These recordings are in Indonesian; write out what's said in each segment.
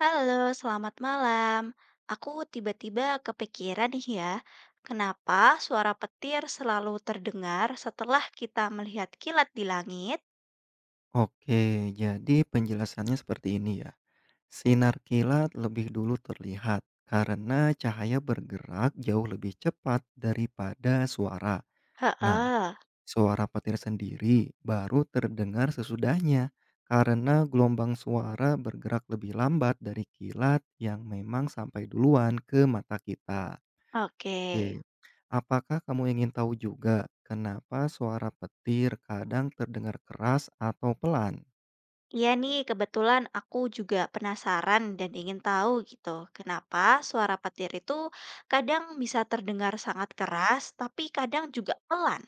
Halo, selamat malam. Aku tiba-tiba kepikiran nih ya, kenapa suara petir selalu terdengar setelah kita melihat kilat di langit? Oke, jadi penjelasannya seperti ini ya. Sinar kilat lebih dulu terlihat karena cahaya bergerak jauh lebih cepat daripada suara. Nah, Heeh, suara petir sendiri baru terdengar sesudahnya karena gelombang suara bergerak lebih lambat dari kilat yang memang sampai duluan ke mata kita. oke. Oke, apakah kamu ingin tahu juga kenapa suara petir kadang terdengar keras atau pelan? Iya nih, kebetulan aku juga penasaran dan ingin tahu gitu, kenapa suara petir itu kadang bisa terdengar sangat keras, tapi kadang juga pelan.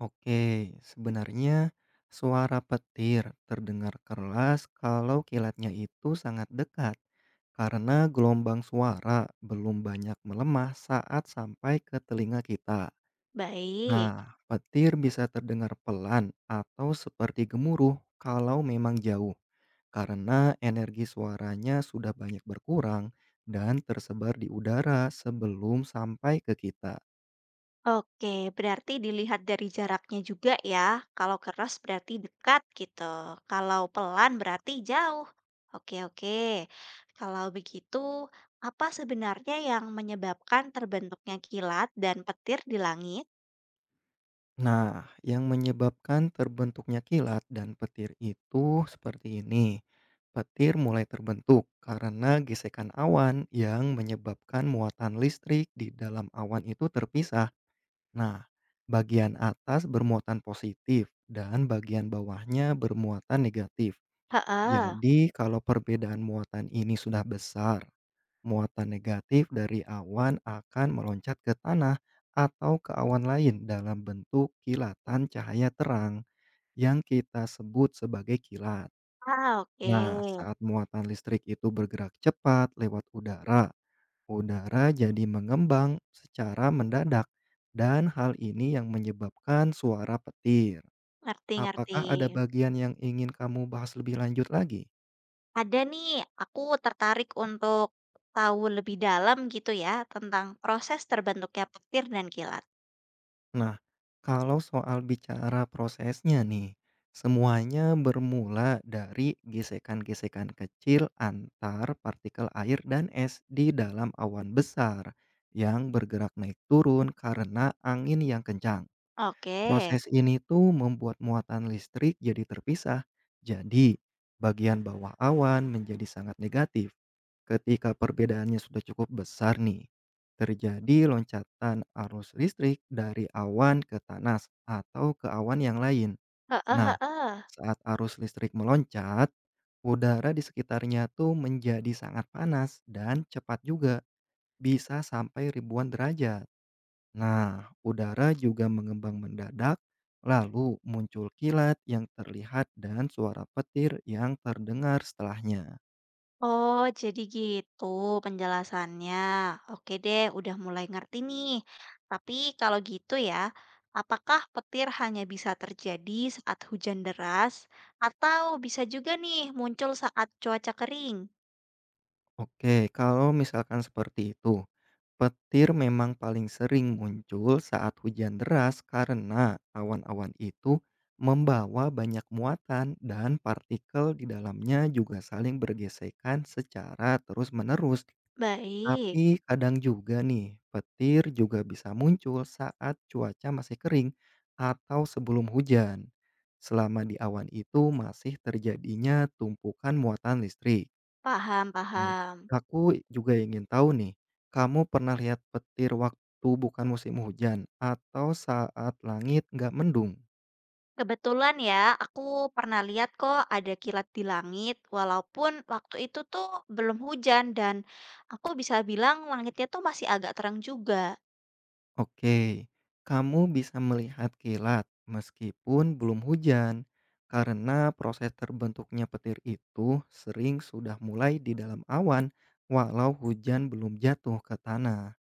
Oke, sebenarnya suara petir terdengar keras kalau kilatnya itu sangat dekat karena gelombang suara belum banyak melemah saat sampai ke telinga kita. Baik. Nah, petir bisa terdengar pelan atau seperti gemuruh kalau memang jauh karena energi suaranya sudah banyak berkurang dan tersebar di udara sebelum sampai ke kita. Oke, berarti dilihat dari jaraknya juga ya. Kalau keras berarti dekat gitu. Kalau pelan berarti jauh. Oke, oke. Kalau begitu, apa sebenarnya yang menyebabkan terbentuknya kilat dan petir di langit? Nah, yang menyebabkan terbentuknya kilat dan petir itu seperti ini. Petir mulai terbentuk karena gesekan awan yang menyebabkan muatan listrik di dalam awan itu terpisah. Nah, bagian atas bermuatan positif dan bagian bawahnya bermuatan negatif. Heeh. Jadi, kalau perbedaan muatan ini sudah besar, muatan negatif dari awan akan meloncat ke tanah atau ke awan lain dalam bentuk kilatan cahaya terang yang kita sebut sebagai kilat. Ah, oke. Nah, saat muatan listrik itu bergerak cepat lewat udara, udara jadi mengembang secara mendadak dan hal ini yang menyebabkan suara petir. Ngerti, ngerti. Apakah ada bagian yang ingin kamu bahas lebih lanjut lagi? Ada nih, aku tertarik untuk tahu lebih dalam gitu ya tentang proses terbentuknya petir dan kilat. Nah, kalau soal bicara prosesnya nih, semuanya bermula dari gesekan-gesekan kecil antar partikel air dan es di dalam awan besar yang bergerak naik turun karena angin yang kencang. Oke. Proses ini tuh membuat muatan listrik jadi terpisah. Jadi, bagian bawah awan menjadi sangat negatif. Ketika perbedaannya sudah cukup besar nih, terjadi loncatan arus listrik dari awan ke tanah atau ke awan yang lain. Heeh, Nah, heeh. saat arus listrik meloncat, udara di sekitarnya tuh menjadi sangat panas dan cepat juga, bisa sampai ribuan derajat. Nah, udara juga mengembang mendadak, lalu muncul kilat yang terlihat dan suara petir yang terdengar setelahnya. Oh, jadi gitu penjelasannya. Oke deh, udah mulai ngerti nih. Tapi kalau gitu ya, apakah petir hanya bisa terjadi saat hujan deras atau bisa juga nih muncul saat cuaca kering? Oke, kalau misalkan seperti itu, petir memang paling sering muncul saat hujan deras karena awan-awan itu membawa banyak muatan dan partikel di dalamnya juga saling bergesekan secara terus-menerus. Baik, Tapi kadang juga nih, petir juga bisa muncul saat cuaca masih kering atau sebelum hujan. Selama di awan itu masih terjadinya tumpukan muatan listrik. paham, Nih, paham. aku juga ingin tahu nih, kamu pernah lihat petir waktu bukan musim hujan atau saat langit nggak mendung? Kebetulan ya, aku pernah lihat kok ada kilat di langit, walaupun waktu itu tuh belum hujan dan aku bisa bilang langitnya tuh masih agak terang juga. Oke, kamu bisa melihat kilat meskipun belum hujan karena proses terbentuknya petir itu sering sudah mulai di dalam awan walau hujan belum jatuh ke tanah.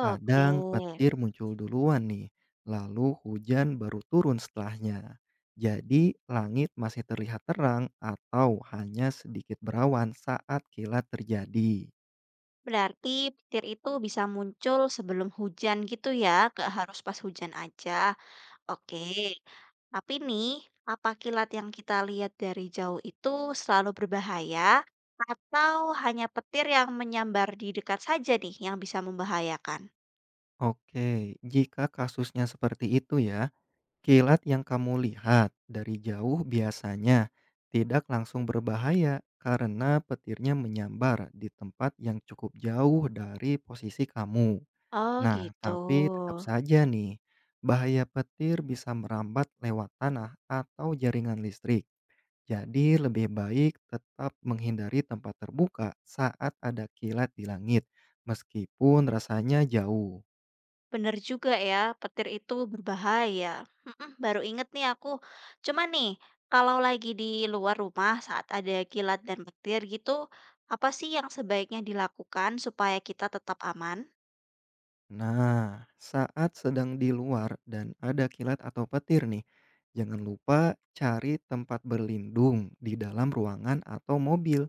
Kadang petir muncul duluan nih, lalu hujan baru turun setelahnya. Jadi langit masih terlihat terang atau hanya sedikit berawan saat kilat terjadi. Berarti petir itu bisa muncul sebelum hujan gitu ya, gak harus pas hujan aja. Oke, tapi nih, apa kilat yang kita lihat dari jauh itu selalu berbahaya atau hanya petir yang menyambar di dekat saja nih yang bisa membahayakan? Oke, jika kasusnya seperti itu ya, kilat yang kamu lihat dari jauh biasanya tidak langsung berbahaya karena petirnya menyambar di tempat yang cukup jauh dari posisi kamu. Oh Nah, gitu. tapi tetap saja nih, bahaya petir bisa merambat lewat tanah atau jaringan listrik. Jadi lebih baik tetap menghindari tempat terbuka saat ada kilat di langit, meskipun rasanya jauh. Bener juga ya, petir itu berbahaya. Mm-mm, baru inget nih aku. Cuma nih, kalau lagi di luar rumah saat ada kilat dan petir gitu, apa sih yang sebaiknya dilakukan supaya kita tetap aman? Nah, saat sedang di luar dan ada kilat atau petir nih, jangan lupa cari tempat berlindung di dalam ruangan atau mobil.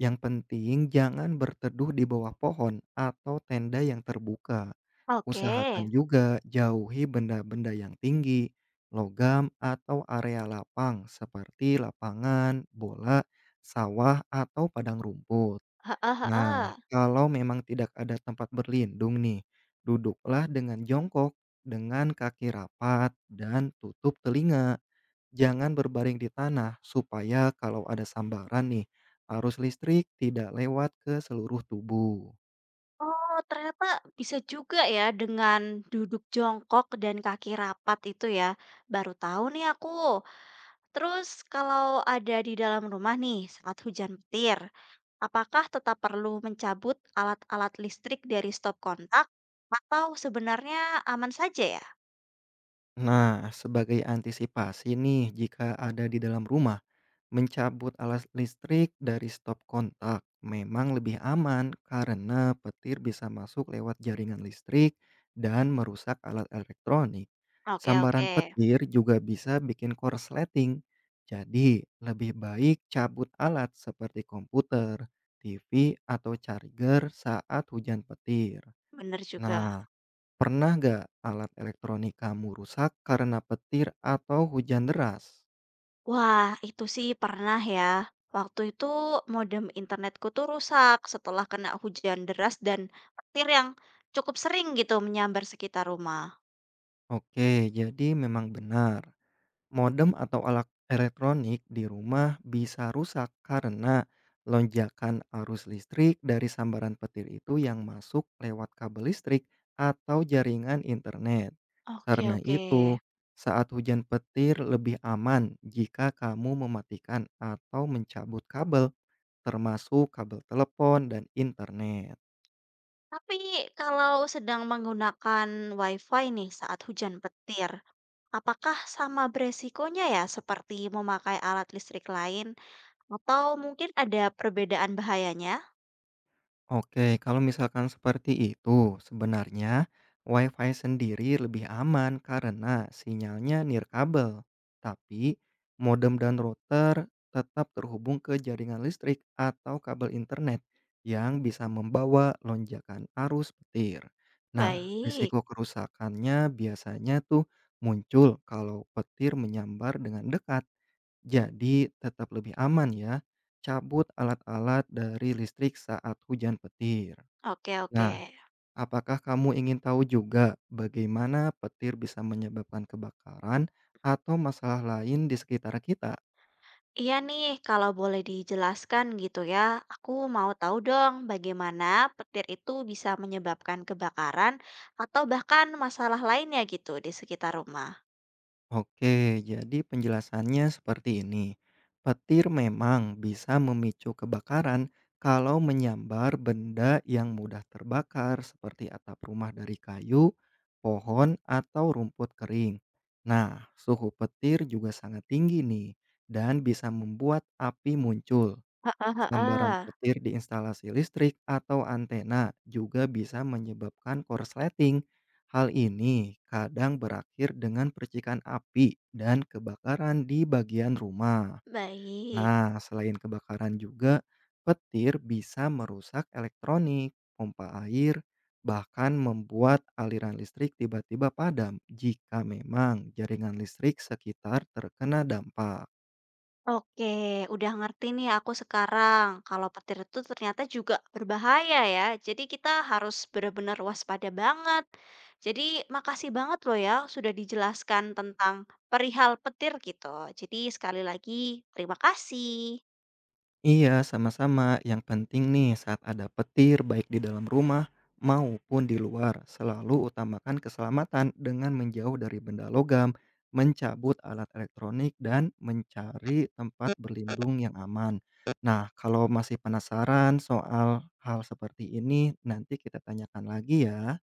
Yang penting jangan berteduh di bawah pohon atau tenda yang terbuka. Oke, Usahakan juga jauhi benda-benda yang tinggi, logam atau area lapang seperti lapangan, bola, sawah, atau padang rumput. heeh heeh. Nah, kalau memang tidak ada tempat berlindung nih, duduklah dengan jongkok, dengan kaki rapat dan tutup telinga. Jangan berbaring di tanah supaya kalau ada sambaran nih, arus listrik tidak lewat ke seluruh tubuh. Oh, ternyata bisa juga ya dengan duduk jongkok dan kaki rapat itu ya. Baru tahu nih aku. Terus kalau ada di dalam rumah nih saat hujan petir, apakah tetap perlu mencabut alat-alat listrik dari stop kontak atau sebenarnya aman saja ya? Nah, sebagai antisipasi nih jika ada di dalam rumah, mencabut alas listrik dari stop kontak memang lebih aman karena petir bisa masuk lewat jaringan listrik dan merusak alat elektronik. Oke, Sambaran oke. petir juga bisa bikin korsleting. Jadi, lebih baik cabut alat seperti komputer, TV, atau charger saat hujan petir. Bener Nah, juga. pernah nggak alat elektronik kamu rusak karena petir atau hujan deras? Wah, itu sih pernah ya. Waktu itu modem internetku tuh rusak setelah kena hujan deras dan petir yang cukup sering gitu menyambar sekitar rumah. Oke, jadi memang benar. Modem atau alat elektronik di rumah bisa rusak karena lonjakan arus listrik dari sambaran petir itu yang masuk lewat kabel listrik atau jaringan internet. Oke, Karena oke. itu, saat hujan petir lebih aman jika kamu mematikan atau mencabut kabel, termasuk kabel telepon dan internet. Tapi kalau sedang menggunakan WiFi nih saat hujan petir, apakah sama beresikonya ya seperti memakai alat listrik lain? Atau mungkin ada perbedaan bahayanya? Oke, kalau misalkan seperti itu, sebenarnya WiFi sendiri lebih aman karena sinyalnya nirkabel, tapi modem dan router tetap terhubung ke jaringan listrik atau kabel internet yang bisa membawa lonjakan arus petir. Nah, Baik, risiko kerusakannya biasanya tuh muncul kalau petir menyambar dengan dekat, jadi tetap lebih aman ya, cabut alat-alat dari listrik saat hujan petir. oke oke. Nah, apakah kamu ingin tahu juga bagaimana petir bisa menyebabkan kebakaran atau masalah lain di sekitar kita? Iya nih, kalau boleh dijelaskan gitu ya, aku mau tahu dong bagaimana petir itu bisa menyebabkan kebakaran atau bahkan masalah lainnya gitu di sekitar rumah. Oke, jadi penjelasannya seperti ini. Petir memang bisa memicu kebakaran kalau menyambar benda yang mudah terbakar seperti atap rumah dari kayu, pohon, atau rumput kering. Nah, suhu petir juga sangat tinggi nih dan bisa membuat api muncul. Heeh, Sambaran heeh. petir di instalasi listrik atau antena juga bisa menyebabkan korsleting. Hal ini kadang berakhir dengan percikan api dan kebakaran di bagian rumah. Baik. Nah, selain kebakaran juga, petir bisa merusak elektronik, pompa air, bahkan membuat aliran listrik tiba-tiba padam jika memang jaringan listrik sekitar terkena dampak. Oke, udah ngerti nih aku sekarang kalau petir itu ternyata juga berbahaya ya. Jadi kita harus benar-benar waspada banget. Jadi makasih banget loh ya sudah dijelaskan tentang perihal petir gitu. Jadi sekali lagi terima kasih. Iya, sama-sama. Yang penting nih saat ada petir baik di dalam rumah maupun di luar, selalu utamakan keselamatan dengan menjauh dari benda logam, mencabut alat elektronik dan mencari tempat berlindung yang aman. Nah, kalau masih penasaran soal hal seperti ini, nanti kita tanyakan lagi ya.